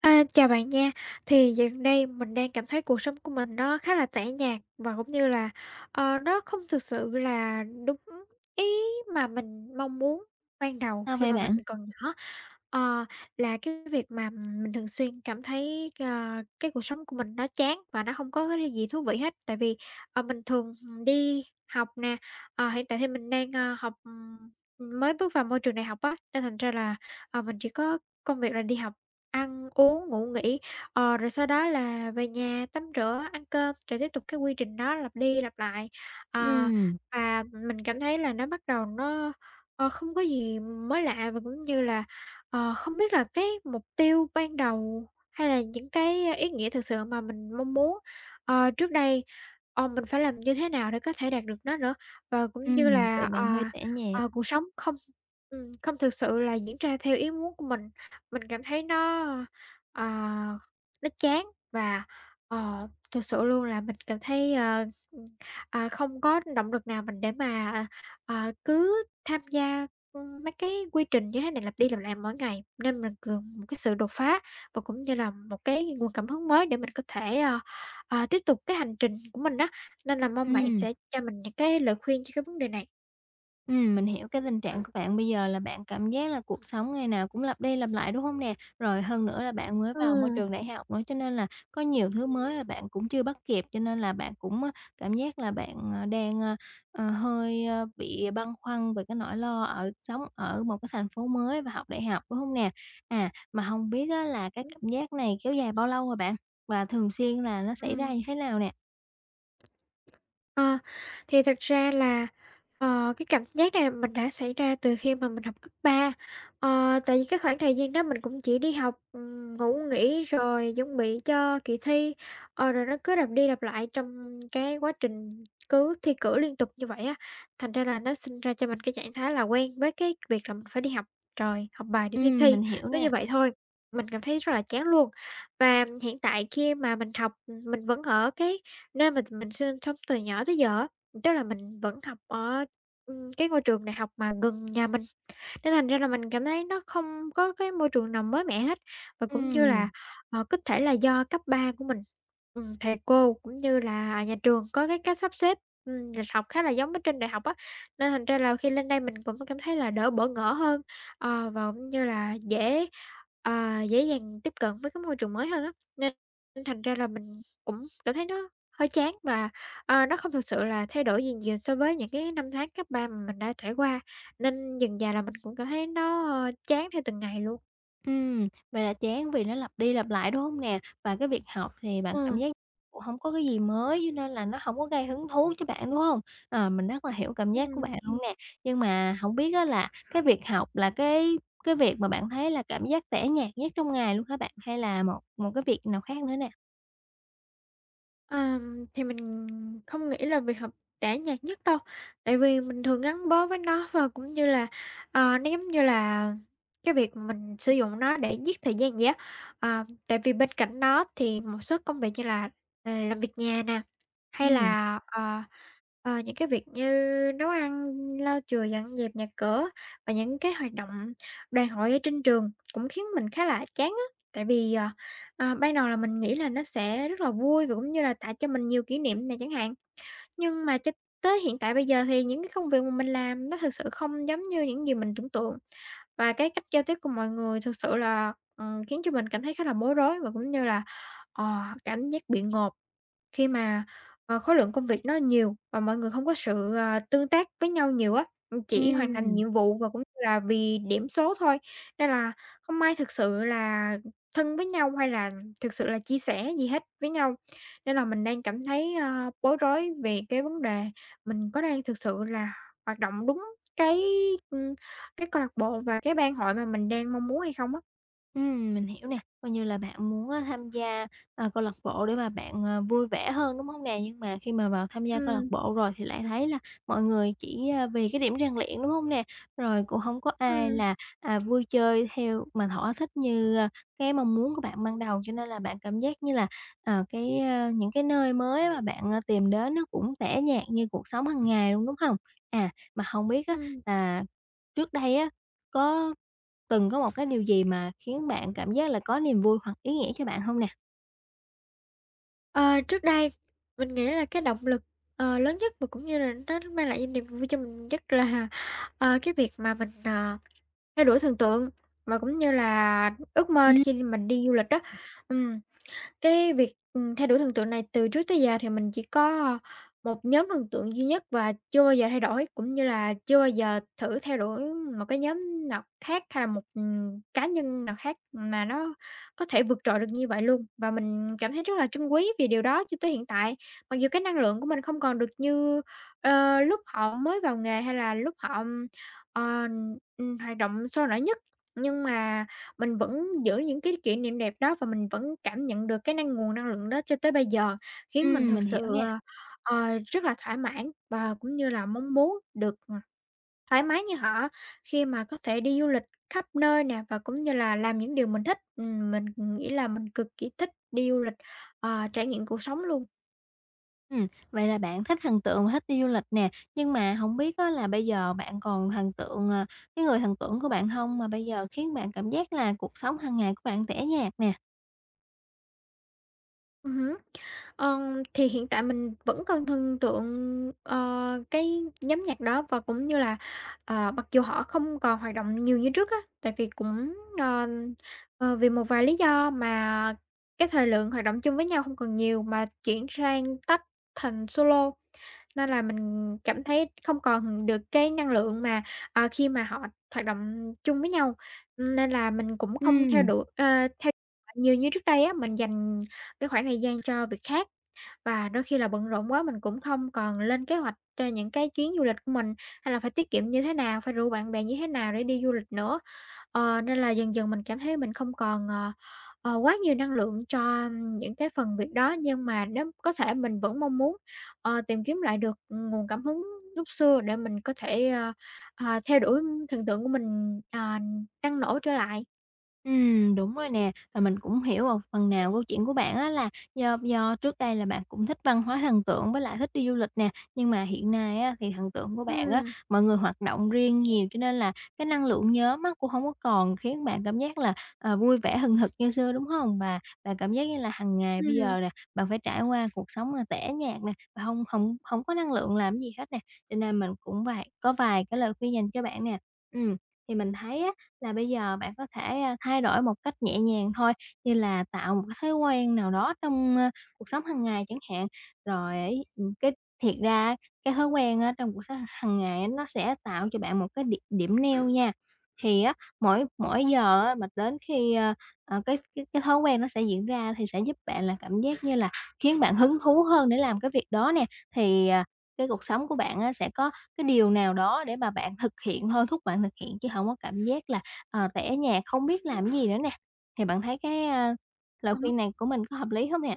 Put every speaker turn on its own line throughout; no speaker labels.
À, chào bạn nha. Thì gần đây mình đang cảm thấy cuộc sống của mình nó khá là tẻ nhạt và cũng như là, nó không thực sự là đúng ý mà mình mong muốn ban đầu
Sao
khi
vậy
mà mình
bạn?
còn nhỏ. Ờ, là cái việc mà mình thường xuyên cảm thấy, cái cuộc sống của mình nó chán và nó không có cái gì thú vị hết. Tại vì, mình thường, đi học nè, hiện tại thì mình đang, học, mới bước vào môi trường đại học á, nên thành ra là, mình chỉ có công việc là đi học, ăn uống, ngủ nghỉ, rồi sau đó là về nhà tắm rửa, ăn cơm, rồi tiếp tục cái quy trình đó lặp đi lặp lại. Ờ,
Ừm,
và mình cảm thấy là nó bắt đầu nó, không có gì mới lạ và cũng như là, không biết là cái mục tiêu ban đầu hay là những cái ý nghĩa thực sự mà mình mong muốn, trước đây, mình phải làm như thế nào để có thể đạt được nó nữa. Và cũng như là,
vậy bạn hơi tẻ nhạt.
cuộc sống không không thực sự là diễn ra theo ý muốn của mình. Mình cảm thấy ờ, nó chán và, thực sự luôn là mình cảm thấy, ừm, không có động lực nào mình để mà, à, cứ tham gia, mấy cái quy trình như thế này lặp đi lặp lại mỗi ngày, nên mình cần một cái sự đột phá và cũng như là một cái nguồn cảm hứng mới để mình có thể, tiếp tục cái hành trình của mình đó. Nên là mong bạn
Ừm,
sẽ cho mình những cái lời khuyên cho cái vấn đề này.
mình hiểu cái tình trạng của bạn bây giờ là bạn cảm giác là cuộc sống ngày nào cũng lặp đi lặp lại, đúng hông nè? Rồi hơn nữa là bạn mới vào môi
Ừm.
trường đại học nữa, cho nên là có nhiều thứ mới là bạn cũng chưa bắt kịp, cho nên là bạn cũng, á, cảm giác là bạn, hơi, ơ, bị băn khoăn về cái nỗi lo ở sống ở một cái thành phố mới và học đại học, đúng hông nè? À, mà hông biết á là cái cảm giác này kéo dài bao lâu rồi bạn? Và thường xuyên là nó xảy ra
Ừm.
như thế nào nè?
Ờ, thì thật ra là, cái cảm giác này mình đã xảy ra từ khi mà mình học cấp 3. Tại vì cái khoảng thời gian đó mình cũng chỉ đi học, ngủ nghỉ rồi chuẩn bị cho kỳ thi, rồi nó cứ lặp đi lặp lại trong cái quá trình cứ thi cử liên tục như vậy á, thành ra là nó sinh ra cho mình cái trạng thái là quen với cái việc là mình phải đi học rồi học bài để đi thi,
Mình hiểu
cứ
nè.
như vậy thôi, mình cảm thấy rất là chán luôn. Và hiện tại khi mà mình học, mình vẫn ở cái nơi mình sinh sống từ nhỏ tới giờ á, tức là mình vẫn học ở, cái ngôi trường đại học mà gần nhà mình. Nên thành ra là mình cảm thấy nó không có cái môi trường nào mới mẻ hết, và cũng như là,
Ừm,
có thể là do cấp 3 của mình, thầy cô cũng như là nhà trường có cái cách sắp xếp, lịch học khá là giống với trên đại học á, nên thành ra là khi lên đây mình cũng cảm thấy là đỡ bỡ ngỡ hơn, và cũng như là dễ dàng tiếp cận với cái môi trường mới hơn á. Nên thành ra là mình cũng cảm thấy nó hơi chán và, nó không thực sự là thay đổi gì nhiều so với những cái năm tháng cấp 3 mà mình đã trải qua. Nên dần dà là mình cũng cảm thấy nó, chán theo từng ngày luôn.
vậy là chán vì nó lặp đi lặp lại, đúng hông nè? Và cái việc học thì bạn cảm
Ừm.
giác cũng hổng có cái gì mới, cho nên là nó hổng có gây hứng thú cho bạn, đúng hông? Ờ, mình rất là hiểu cảm giác của
Ừm.
bạn luôn nè. Nhưng mà hổng biết á là cái việc học là cái việc mà bạn thấy là cảm giác tẻ nhạt nhất trong ngày luôn hả bạn? Hay là một một cái việc nào khác nữa nè?
Thì mình không nghĩ là việc học tẻ nhạt nhất đâu, tại vì mình thường gắn bó với nó và cũng như là, nó giống như là cái việc mà mình sử dụng nó để giết thời gian vậy á. Tại vì bên cạnh nó thì một số công việc như là, làm việc nhà nè, hay
Ừm,
là, những cái việc như nấu ăn, lau chùi, dọn dẹp nhà cửa và những cái hoạt động đoàn hội ở trên trường cũng khiến mình khá là chán á, tại vì, À, ban đầu là mình nghĩ là nó sẽ rất là vui và cũng như là tạo cho mình nhiều kỷ niệm này chẳng hạn. Nhưng mà cho tới hiện tại bây giờ thì những cái công việc mà mình làm nó thực sự không giống như những gì mình tưởng tượng. Và cái cách giao tiếp của mọi người thực sự là, khiến cho mình cảm thấy khá là bối rối và cũng như là, ờ, cảm giác bị ngộp. Khi mà, khối lượng công việc nó nhiều và mọi người không có sự, tương tác với nhau nhiều á, chỉ hoàn thành
ừm.
nhiệm vụ và cũng như là vì điểm số thôi, nên là không ai thực sự là thân với nhau hay là thực sự là chia sẻ gì hết với nhau. Nên là mình đang cảm thấy, bối rối về cái vấn đề mình có đang thực sự là hoạt động đúng cái, ừm, cái câu lạc bộ và cái ban hội mà mình đang mong muốn hay không á.
Mình hiểu nè, coi như là bạn muốn á tham gia, à, câu lạc bộ để mà bạn, ờ, vui vẻ hơn, đúng không nè? Nhưng mà khi mà vào tham gia câu lạc
Ừm,
bộ rồi thì lại thấy là mọi người chỉ, a, vì cái điểm rèn luyện, đúng không nè? Rồi cũng không có ai
ừm,
là, à, vui chơi theo mà thỏa thích như, a, cái mong muốn của bạn ban đầu, cho nên là bạn cảm giác như là, ờ, cái, a, những cái nơi mới mà bạn, a, tìm đến nó cũng tẻ nhạt như cuộc sống hàng ngày luôn, đúng không? À, mà không biết á
ừm.
là trước đây á, có từng có một cái điều gì mà khiến bạn cảm giác là có niềm vui hoặc ý nghĩa cho bạn hông nè?
Ờ, trước đây mình nghĩ là cái động lực, lớn nhất và cũng như là nó mang lại niềm vui cho mình nhất là, cái việc mà mình, theo đuổi thần tượng và cũng như là ước mơ
Ừm,
khi mình đi du lịch đó. Ừm. Cái việc, thay đổi thần tượng này từ trước tới giờ thì mình chỉ có, một nhóm thần tượng duy nhất và chưa bao giờ thay đổi, cũng như là chưa bao giờ thử theo đuổi một cái nhóm nào khác hay là một, cá nhân nào khác mà nó có thể vượt trội được như vậy luôn. Và mình cảm thấy rất là trân quý vì điều đó cho tới hiện tại. Mặc dù cái năng lượng của mình không còn được như, lúc họ mới vào nghề hay là lúc họ, ờ, hoạt động sôi nổi nhất, nhưng mà mình vẫn giữ những cái kỷ niệm đẹp đó và mình vẫn cảm nhận được cái nguồn năng lượng đó cho tới bây giờ, khiến mình thực
Mình hiểu
sự,
nè.
rất là thỏa mãn và cũng như là mong muốn được, thoải mái như họ khi mà có thể đi du lịch khắp nơi nè và cũng như là làm những điều mình thích. Mình nghĩ là mình cực kỳ thích đi du lịch, trải nghiệm cuộc sống luôn.
Vậy là bạn thích thần tượng và thích đi du lịch nè, nhưng mà hổng biết á là bây giờ bạn còn thần tượng, ờ, cái người thần tượng của bạn hông mà bây giờ khiến bạn cảm giác là cuộc sống hàng ngày của bạn tẻ nhạt nè?
Hứm. Thì hiện tại mình vẫn còn thần tượng, cái nhóm nhạc đó và cũng như là, mặc dù họ không còn hoạt động nhiều như trước á, tại vì cũng, ờ, vì một vài lý do mà cái thời lượng hoạt động chung với nhau không còn nhiều mà chuyển sang tách thành solo. Nên là mình cảm thấy không còn được cái năng lượng mà, khi mà họ hoạt động chung với nhau, nên là mình cũng không theo
Ừm.
đuổi theo nhiều như trước đây á. Mình dành cái khoảng thời gian cho việc khác và đôi khi là bận rộn quá mình cũng không còn lên kế hoạch cho những cái chuyến du lịch của mình, hay là phải tiết kiệm như thế nào, phải rủ bạn bè như thế nào để đi du lịch nữa. Nên là dần dần mình cảm thấy mình không còn, quá nhiều năng lượng cho những cái phần việc đó, nhưng mà nếu có thể mình vẫn mong muốn, tìm kiếm lại được nguồn cảm hứng lúc xưa để mình có thể, theo đuổi thần tượng của mình, ờ, năng nổ trở lại.
Đúng rồi nè, và mình cũng hiểu một phần nào câu chuyện của bạn á là do trước đây là bạn cũng thích văn hóa thần tượng với lại thích đi du lịch nè, nhưng mà hiện nay á thì thần tượng của bạn á,
Ừm,
mọi người hoạt động riêng nhiều cho nên là cái năng lượng nhóm á cũng không có còn khiến bạn cảm giác là, ờ, vui vẻ hừng hực như xưa, đúng không? Và bạn cảm giác như là hàng ngày bây
ừm,
giờ nè, bạn phải trải qua cuộc sống là tẻ nhạt nè, và không không không có năng lượng làm gì hết nè, cho nên mình cũng có vài cái lời khuyên dành cho bạn nè. Ừm, thì mình thấy á là bây giờ bạn có thể, a, thay đổi một cách nhẹ nhàng thôi, như là tạo một cái thói quen nào đó trong, ơ, cuộc sống hàng ngày chẳng hạn. Rồi ấy, cái thiệt ra cái thói quen á trong cuộc sống hàng ngày á, nó sẽ tạo cho bạn một cái điểm điểm neo nha. Thì á, mỗi mỗi giờ á mà đến khi, cái thói quen nó sẽ diễn ra thì sẽ giúp bạn là cảm giác như là khiến bạn hứng thú hơn để làm cái việc đó nè. Thì, à, cái cuộc sống của bạn á sẽ có cái điều nào đó để mà bạn thực hiện thôi, thúc bạn thực hiện chứ không có cảm giác là ờ, tại ở nhà không biết làm gì nữa nè, thì bạn thấy cái, a, lời
ờ.
khuyên này của mình có hợp lý không nè?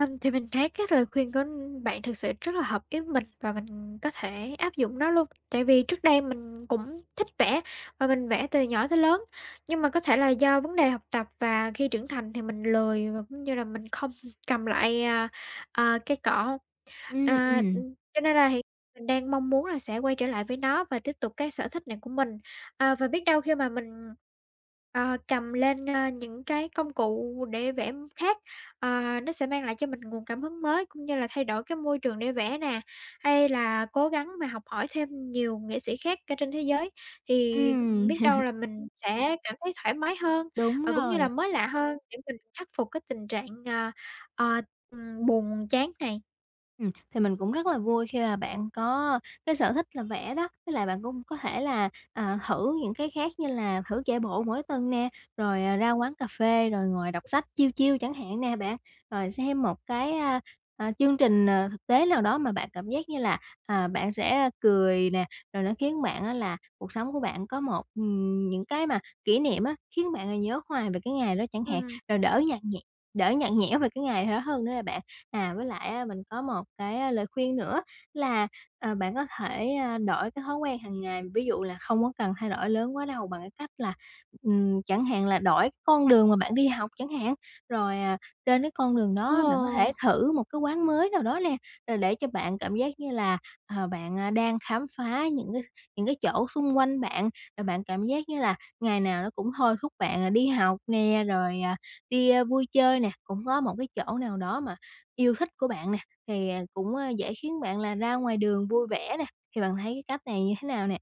Thì mình thấy cái lời khuyên của bạn thực sự rất là hợp với mình và mình có thể áp dụng nó luôn. Tại vì trước đây mình cũng thích vẽ và mình vẽ từ nhỏ tới lớn, nhưng mà có thể là do vấn đề học tập và khi trưởng thành thì mình lười và cũng như là mình không cầm lại, cây cọ.
Ừm,
À,
ừm.
ừm, cho nên là hiện mình đang mong muốn là sẽ quay trở lại với nó và tiếp tục cái sở thích này của mình. Và biết đâu khi mà mình, ờ, cầm lên, những cái công cụ để vẽ khác, nó sẽ mang lại cho mình nguồn cảm hứng mới, cũng như là thay đổi cái môi trường để vẽ nè, hay là cố gắng mà học hỏi thêm nhiều nghệ sĩ khác ở trên thế giới, thì
Ừm,
biết đâu là mình sẽ cảm thấy thoải mái hơn,
đúng
và cũng như là
rồi.
mới lạ hơn để mình khắc phục cái tình trạng, ờ, buồn chán này.
Thì mình cũng rất là vui khi mà bạn có cái sở thích là vẽ đó, với lại bạn cũng có thể là, à, thử những cái khác như là thử chạy bộ mỗi tuần nè, rồi, à, ra quán cà phê rồi ngồi đọc sách chiêu chiêu chẳng hạn nè bạn. Rồi xem một cái, chương trình, ờ, thực tế nào đó mà bạn cảm giác như là, à, bạn sẽ cười nè, rồi nó khiến bạn á là cuộc sống của bạn có một, những cái mà kỷ niệm á, khiến bạn là nhớ hoài về cái ngày đó chẳng hạn,
Ừm.
rồi đỡ nhạt nhẽo về cái ngày đó hơn nữa là bạn. À, với lại á, mình có một cái lời khuyên nữa là, ờ, bạn có thể, a, đổi cái thói quen hàng ngày, ví dụ là không có cần thay đổi lớn quá đâu bằng cái cách là, chẳng hạn là đổi cái con đường mà bạn đi học chẳng hạn, rồi, à, trên cái con đường
Ờ,
đó bạn có thể thử một cái quán mới nào đó nè, rồi để cho bạn cảm giác như là, ờ, bạn, à, đang khám phá những cái chỗ xung quanh bạn, rồi bạn cảm giác như là ngày nào nó cũng thôi thúc bạn, à, đi học nè, rồi, à, đi, a, vui chơi nè, cũng có một cái chỗ nào đó mà yêu thích của bạn nè, thì, à, cũng, a, dễ khiến bạn là ra ngoài đường vui vẻ nè, thì bạn thấy cái cách này như thế nào nè?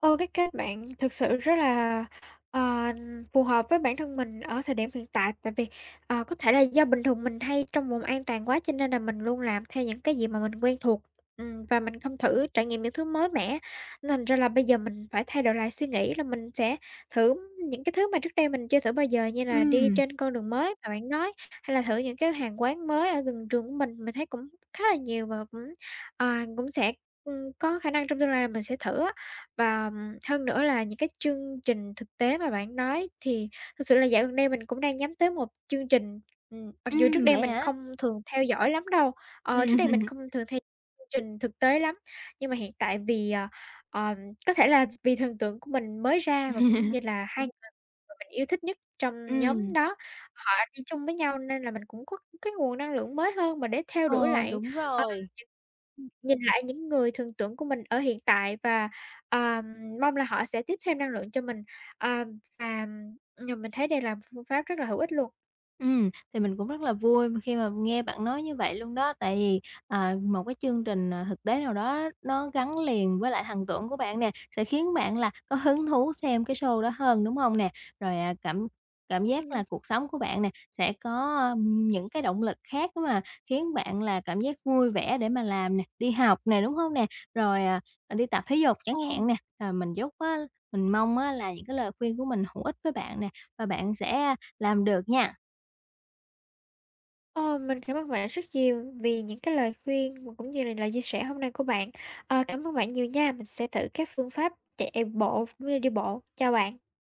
Ô, cái kết bạn thực sự rất là, ờ, phù hợp với bản thân mình ở thời điểm hiện tại, tại vì, có thể là do bình thường mình hay trong vùng an toàn quá cho nên là mình luôn làm theo những cái gì mà mình quen thuộc, và mình không thử trải nghiệm những thứ mới mẻ. Nên thành ra là bây giờ mình phải thay đổi lại suy nghĩ là mình sẽ thử những cái thứ mà trước đây mình chưa thử bao giờ như là đi
Ừm,
trên con đường mới mà bạn nói, hay là thử những cái hàng quán mới ở gần trường của mình. Mình thấy cũng khá là nhiều và cũng sẽ, có khả năng trong tương lai là mình sẽ thử á. Và hơn nữa là những cái chương trình thực tế mà bạn nói thì thực sự là dạo gần đây mình cũng đang nhắm tới một chương trình, mặc dù trước đây
vậy
mình
hả?
không thường theo dõi lắm đâu, trước đây mình
Ừm.
không thường theo chương trình thực tế lắm, nhưng mà hiện tại vì, ờm, có thể là vì thần tượng của mình mới ra và cũng như là hai người mà mình yêu thích nhất trong nhóm
Ừm,
đó, họ đi chung với nhau nên là mình cũng có cái nguồn năng lượng mới hơn mà để theo đuổi
ờ,
lại,
đúng
ờ,
rồi.
những nhìn lại những người thần tượng của mình ở hiện tại và Ờ, mong là họ sẽ tiếp thêm năng lượng cho mình, ờ, và, mình thấy đây là một phương pháp rất là hữu ích luôn.
Thì mình cũng rất là vui khi mà nghe bạn nói như vậy luôn đó, tại vì, à, một cái chương trình, à, thực tế nào đó nó gắn liền với lại thần tượng của bạn nè, sẽ khiến bạn là có hứng thú xem cái show đó hơn, đúng hông nè? Rồi, à, cảm cảm giác là
Ừm,
cuộc sống của bạn nè, sẽ có, ưm, những cái động lực khác để mà khiến bạn là cảm giác vui vẻ để mà làm nè, đi học nè, đúng hông nè? Rồi, đi tập thể dục chẳng
ờ,
hạn nè. Rồi mình mong á là những cái lời khuyên của mình hữu ích với bạn nè, và bạn sẽ làm được nha.
ờ, mình cảm ơn bạn rất nhiều vì những cái lời khuyên và cũng như là lời chia sẻ hôm nay của bạn. Cảm ơn bạn nhiều nha, mình sẽ thử các phương pháp chạy bộ cũng như đi bộ. Chào bạn.